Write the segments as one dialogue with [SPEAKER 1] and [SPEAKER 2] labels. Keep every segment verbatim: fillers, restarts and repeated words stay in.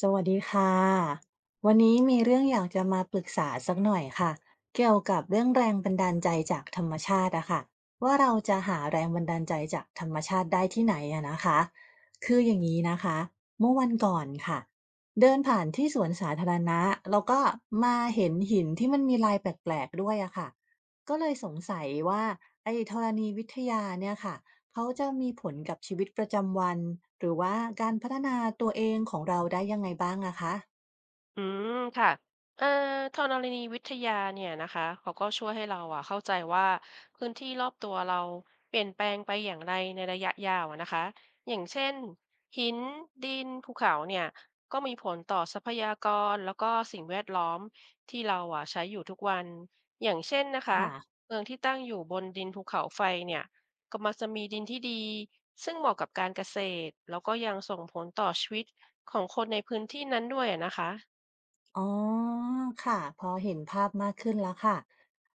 [SPEAKER 1] สวัสดีค่ะวันนี้มีเรื่องอยากจะมาปรึกษาสักหน่อยค่ะเกี่ยวกับเรื่องแรงบันดาลใจจากธรรมชาติอะค่ะว่าเราจะหาแรงบันดาลใจจากธรรมชาติได้ที่ไหนอะนะคะคืออย่างนี้นะคะเมื่อวันก่อนค่ะเดินผ่านที่สวนสาธารณะแล้วก็มาเห็นหินที่มันมีลายแปลกๆด้วยอะค่ะก็เลยสงสัยว่าไอ้ธรณีวิทยาเนี่ยค่ะ เขาจะมีผลกับชีวิตประจำวันหรือว่าการพัฒนาตัวเองของเราได้ยังไงบ้างอะคะ
[SPEAKER 2] อืมค่ะเอ่อธรณีวิทยาเนี่ยนะคะเขาก็ช่วยให้เราอะเข้าใจว่าพื้นที่รอบตัวเราเปลี่ยนแปลงไปอย่างไรในระยะยาวอะนะคะอย่างเช่นหินดินภูเขาเนี่ยก็มีผลต่อทรัพยากรแล้วก็สิ่งแวดล้อมที่เราอะใช้อยู่ทุกวันอย่างเช่นนะคะ
[SPEAKER 1] ค่ะ
[SPEAKER 2] เมืองที่ตั้งอยู่บนดินภูเขาไฟเนี่ยก็มักจะมีดินที่ดีซึ่งเหมาะกับการเกษตรแล้วก็ยังส่งผลต่อชีวิตของคนในพื้นที่นั้นด้วยอะนะคะ
[SPEAKER 1] อ๋อค่ะพอเห็นภาพมากขึ้นแล้วค่ะ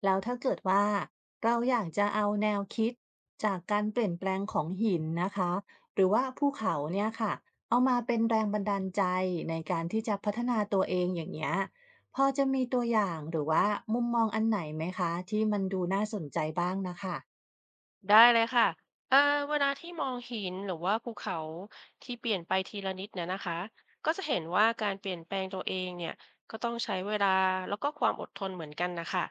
[SPEAKER 1] แล้วถ้าเกิดว่าเราอยากจะเอาแนวคิดจากการเปลี่ยนแปลงของหินนะคะหรือว่าภูเขาเนี่ยค่ะเอามาเป็นแรงบันดาลใจในการที่จะพัฒนาตัวเองอย่างเงี้ยพอจะมีตัวอย่างหรือว่ามุมมองอันไหนไหมคะที่มันดูน่าสนใจบ้างนะค่ะ
[SPEAKER 2] ได้เลยค่ะเอ่อเวลาที่มองหินหรือว่าภูเขาที่เปลี่ยนไปทีละนิดเนี่ยนะคะก็จะเห็นว่าการเปลี่ยนแปลงตัวเองเนี่ยก็ต้องใช้เวลาแล้วก็ความอดทนเหมือนกันนะคะ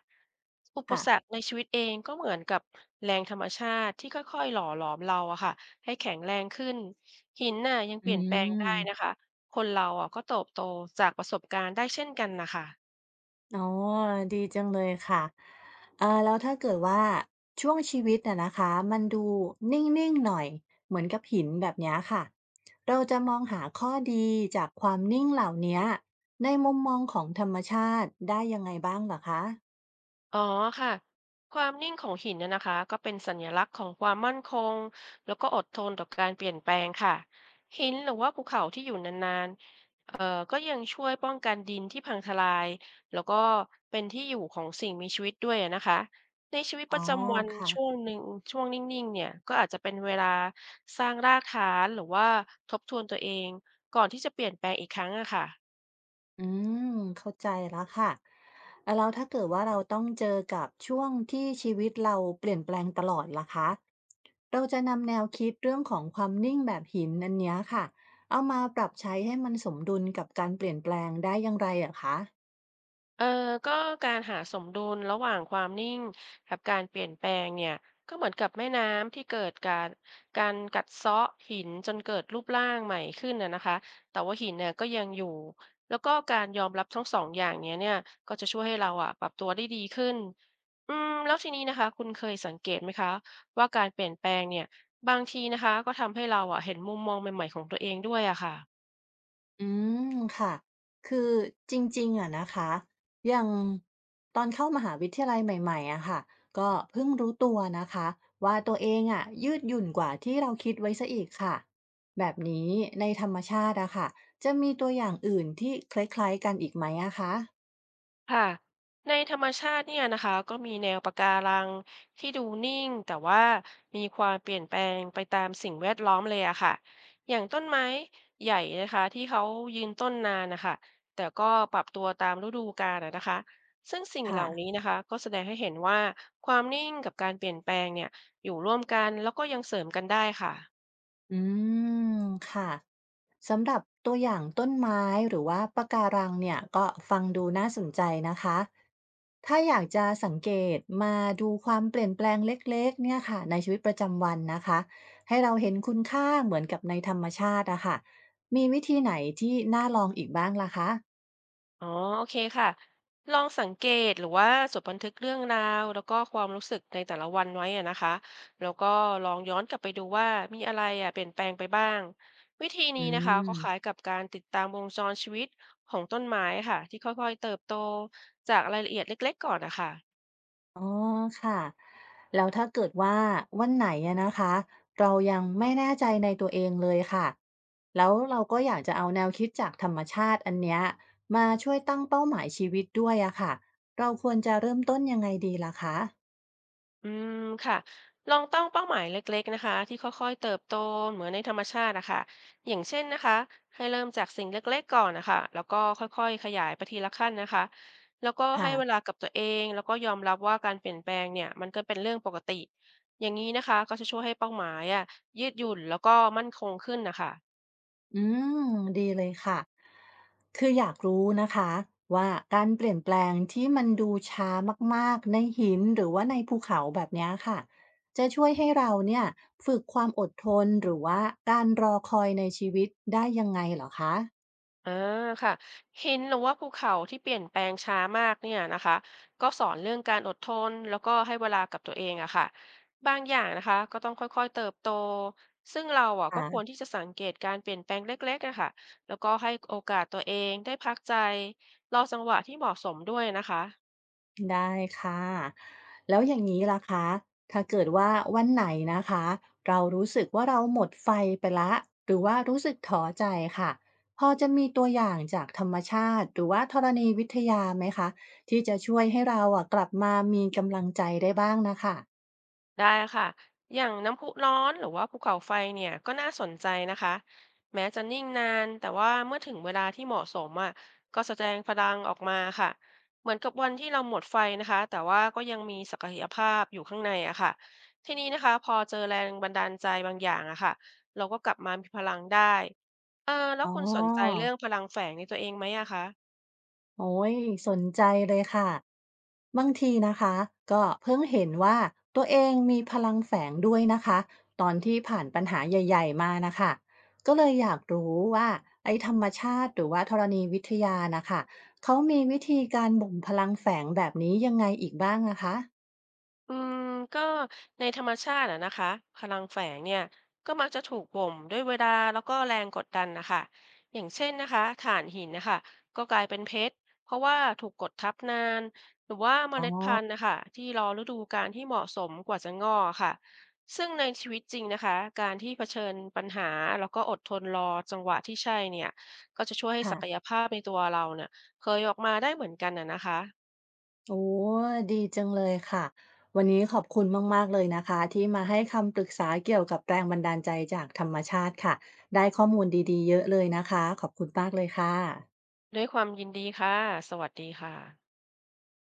[SPEAKER 2] อุป
[SPEAKER 1] ค่ะ
[SPEAKER 2] สรรคในชีวิตเองก็เหมือนกับแรงธรรมชาติที่ค่อยๆหล่อหลอมเราอะค่ะให้แข็งแรงขึ้นหินน่ะยังเป
[SPEAKER 1] อื
[SPEAKER 2] ลี่ยนแปลงได้นะ
[SPEAKER 1] ม
[SPEAKER 2] คะคนเราอะก็เติบโตจากประสบการณ์ได้เช่นกันนะคะ
[SPEAKER 1] อ๋อดีจังเลยค่ะเอ่อแล้วถ้าเกิดว่าช่วงชีวิตน่ะนะคะ มันดูนิ่งๆหน่อยเหมือนกับหินแบบเนี้ยค่ะเราจะมองหาข้อดีจากความนิ่งเหล่าเนี้ยในมุมมองของธรรมชาติได้ยังไงบ้างเหรอคะ
[SPEAKER 2] อ๋อค่ะความนิ่งของหินเนี่ยนะคะก็เป็นสัญลักษณ์ของความมั่นคงแล้วก็อดทนต่อการเปลี่ยนแปลงค่ะหินหรือว่าภูเขาที่อยู่นานๆเอ่อก็ยังช่วยป้องกันดินที่พังทลายแล้วก็เป็นที่อยู่ของสิ่งมีชีวิตด้วยอะนะคะในชีวิต
[SPEAKER 1] อ๋
[SPEAKER 2] ป
[SPEAKER 1] อ
[SPEAKER 2] ระจำวัน
[SPEAKER 1] ค่ะ
[SPEAKER 2] ช่วงหนึ่งช่วงนิ่งๆเนี่ยก็อาจจะเป็นเวลาสร้างรากฐานหรือว่าทบทวนตัวเองก่อนที่จะเปลี่ยนแปลงอีกครั้งอะค่ะ
[SPEAKER 1] อืมเข้าใจแล้วค่ะ แล้วถ้าเกิดว่าเราต้องเจอกับช่วงที่ชีวิตเราเปลี่ยนแปลงตลอดล่ะคะ เราจะนำแนวคิดเรื่องของความนิ่งแบบหินนั้นเนี้ยค่ะเอามาปรับใช้ให้มันสมดุลกับการเปลี่ยนแปลงได้อย่างไรอะคะ
[SPEAKER 2] เออก็การหาสมดุลระหว่างความนิ่งกับการเปลี่ยนแปลงเนี่ยก็เหมือนกับแม่น้ำที่เกิดการการกัดเซาะหินจนเกิดรูปร่างใหม่ขึ้นนะนะคะแต่ว่าหินเนี่ยก็ยังอยู่ แล้วก็การยอมรับทั้งสองอย่างเนี้ยเนี่ยก็จะช่วยให้เราอ่ะปรับตัวได้ดีขึ้นอืมแล้วทีนี้นะคะคุณเคยสังเกตไหมคะว่าการเปลี่ยนแปลงเนี่ยบางทีนะคะก็ทำให้เราอ่ะเห็นมุมมองใหม่ๆของตัวเองด้วยอะค่ะ
[SPEAKER 1] อืมค่ะ คือจริงๆอะนะคะอย่างตอนเข้ามหาวิทยาลัยใหม่ๆอะค่ะ ก็เพิ่งรู้ตัวนะคะว่าตัวเองอะยืดหยุ่นกว่าที่เราคิดไว้ซะอีกค่ะแบบนี้ในธรรมชาติอะค่ะจะมีตัวอย่างอื่นที่คล้ายๆกันอีกไหมอะคะ
[SPEAKER 2] ค่ะในธรรมชาติเนี่ยนะคะก็มีแนวปะการังที่ดูนิ่งแต่ว่ามีความเปลี่ยนแปลงไปตามสิ่งแวดล้อมเลยอะค่ะอย่างต้นไม้ใหญ่นะคะที่เขายืนต้นนานนะคะแต่ก็ปรับตัวตามฤดูกาลอะนะคะซึ่งสิ่งเห
[SPEAKER 1] ค่ะ
[SPEAKER 2] ล่านี้นะคะก็แสดงให้เห็นว่าความนิ่งกับการเปลี่ยนแปลงเนี่ยอยู่ร่วมกันแล้วก็ยังเสริมกันได้ค่ะ
[SPEAKER 1] อืมค่ะ สำหรับตัวอย่างต้นไม้หรือว่าปะการังเนี่ยก็ฟังดูน่าสนใจนะคะ ถ้าอยากจะสังเกตมาดูความเปลี่ยนแปลงเล็กๆเนี่ยค่ะในชีวิตประจำวันนะคะให้เราเห็นคุณค่าเหมือนกับในธรรมชาติอะค่ะมีวิธีไหนที่น่าลองอีกบ้างล่ะคะ
[SPEAKER 2] อ๋อโอเคค่ะ ลองสังเกตหรือว่าจดบันทึกเรื่องราวแล้วก็ความรู้สึกในแต่ละวันไว้อะนะคะ แล้วก็ลองย้อนกลับไปดูว่ามีอะไรอะเปลี่ยนแปลงไปบ้าง วิธีนี้
[SPEAKER 1] อื
[SPEAKER 2] นะคะก็
[SPEAKER 1] ม
[SPEAKER 2] คล้ายกับการติดตามวงจรชีวิตของต้นไม้ค่ะที่ค่อยๆเติบโตจากรายละเอียดเล็กๆก่อนนะคะ
[SPEAKER 1] อ๋อค่ะแล้วถ้าเกิดว่าวันไหนอะนะคะเรายังไม่แน่ใจในตัวเองเลยค่ะแล้วเราก็อยากจะเอาแนวคิดจากธรรมชาติอันเนี้ยมาช่วยตั้งเป้าหมายชีวิตด้วยอะค่ะเราควรจะเริ่มต้นยังไงดีล่ะคะ
[SPEAKER 2] อืมค่ะลองตั้งเป้าหมายเล็กๆนะคะที่ค่อยๆเติบโตเหมือนในธรรมชาตินะคะอย่างเช่นนะคะให้เริ่มจากสิ่งเล็กๆก่อนนะคะแล้วก็ค่อยๆขยายไปทีละขั้นนะคะแล้วก็ให้เวลา
[SPEAKER 1] ค่ะ
[SPEAKER 2] กับตัวเองแล้วก็ยอมรับว่าการเปลี่ยนแปลงเนี่ยมันก็เป็นเรื่องปกติอย่างนี้นะคะก็จะช่วยให้เป้าหมายอ่ะยืดหยุ่นแล้วก็มั่นคงขึ้นนะคะ
[SPEAKER 1] อืมดีเลยค่ะ คืออยากรู้นะคะว่าการเปลี่ยนแปลงที่มันดูช้ามากๆในหินหรือว่าในภูเขาแบบเนี้ยค่ะจะช่วยให้เราเนี่ยฝึกความอดทนหรือว่าการรอคอยในชีวิตได้ยังไงเหรอคะ
[SPEAKER 2] อ่าค่ะหินหรือว่าภูเขาที่เปลี่ยนแปลงช้ามากเนี่ยนะคะก็สอนเรื่องการอดทนแล้วก็ให้เวลากับตัวเองอะค่ะบางอย่างนะคะก็ต้องค่อยๆเติบโตซึ่งเราอะก็ควร
[SPEAKER 1] ค่ะ
[SPEAKER 2] ที่จะสังเกตการเปลี่ยนแปลงเล็กๆอะค่ะแล้วก็ให้โอกาสตัวเองได้พักใจรอจังหวะที่เหมาะสมด้วยนะคะ
[SPEAKER 1] ได้ค่ะแล้วอย่างนี้ล่ะคะถ้าเกิดว่าวันไหนนะคะเรารู้สึกว่าเราหมดไฟไปละหรือว่ารู้สึกท้อใจค่ะพอจะมีตัวอย่างจากธรรมชาติหรือว่าธรณีวิทยาไหมคะที่จะช่วยให้เราอะกลับมามีกำลังใจได้บ้างนะคะ
[SPEAKER 2] ได้ค่ะอย่างน้ำพุร้อนหรือว่าภูเขาไฟเนี่ยก็น่าสนใจนะคะแม้จะนิ่งนานแต่ว่าเมื่อถึงเวลาที่เหมาะสมอ่ะก็แสดงพลังออกมาค่ะเหมือนกับวันที่เราหมดไฟนะคะแต่ว่าก็ยังมีศักยภาพอยู่ข้างในอะค่ะทีนี้นะคะพอเจอแรงบันดาลใจบางอย่างอะค่ะเราก็กลับมามีพลังได้เออแล้ว
[SPEAKER 1] อ๋อ
[SPEAKER 2] คุณสนใจเรื่องพลังแฝงในตัวเองไหมอะคะ
[SPEAKER 1] โอ้ยสนใจเลยค่ะบางทีนะคะก็เพิ่งเห็นว่าตัวเองมีพลังแฝงด้วยนะคะตอนที่ผ่านปัญหาใหญ่ๆมานะคะก็เลยอยากรู้ว่าไอ้ธรรมชาติหรือว่าธรณีวิทยานะคะเขามีวิธีการบ่มพลังแฝงแบบนี้ยังไงอีกบ้างนะคะ
[SPEAKER 2] อืมก็ในธรรมชาติอะนะคะพลังแฝงเนี่ยก็มักจะถูกบ่มด้วยเวลาแล้วก็แรงกดดันนะคะอย่างเช่นนะคะถ่านหินนะคะก็กลายเป็นเพชรเพราะว่าถูกกดทับนานหรือว่าเม
[SPEAKER 1] อ๋อ
[SPEAKER 2] ล็ดพันธุ์นะคะที่รอฤดูกาลที่เหมาะสมกว่าจะงอกค่ะซึ่งในชีวิตจริงนะคะการที่เผชิญปัญหาแล้วก็อดทนรอจังหวะที่ใช่เนี่ยก็จะช่วยให้ศักย
[SPEAKER 1] ค่ะ
[SPEAKER 2] ภาพในตัวเราเนี่ยเคยออกมาได้เหมือนกันอะนะคะ
[SPEAKER 1] โอ้ดีจังเลยค่ะวันนี้ขอบคุณมากๆเลยนะคะที่มาให้คำปรึกษาเกี่ยวกับแรงบันดาลใจจากธรรมชาติค่ะได้ข้อมูลดีๆเยอะเลยนะคะขอบคุณมากเลยค่ะ
[SPEAKER 2] ด้วยความยินดีค่ะสวัสดีค่ะ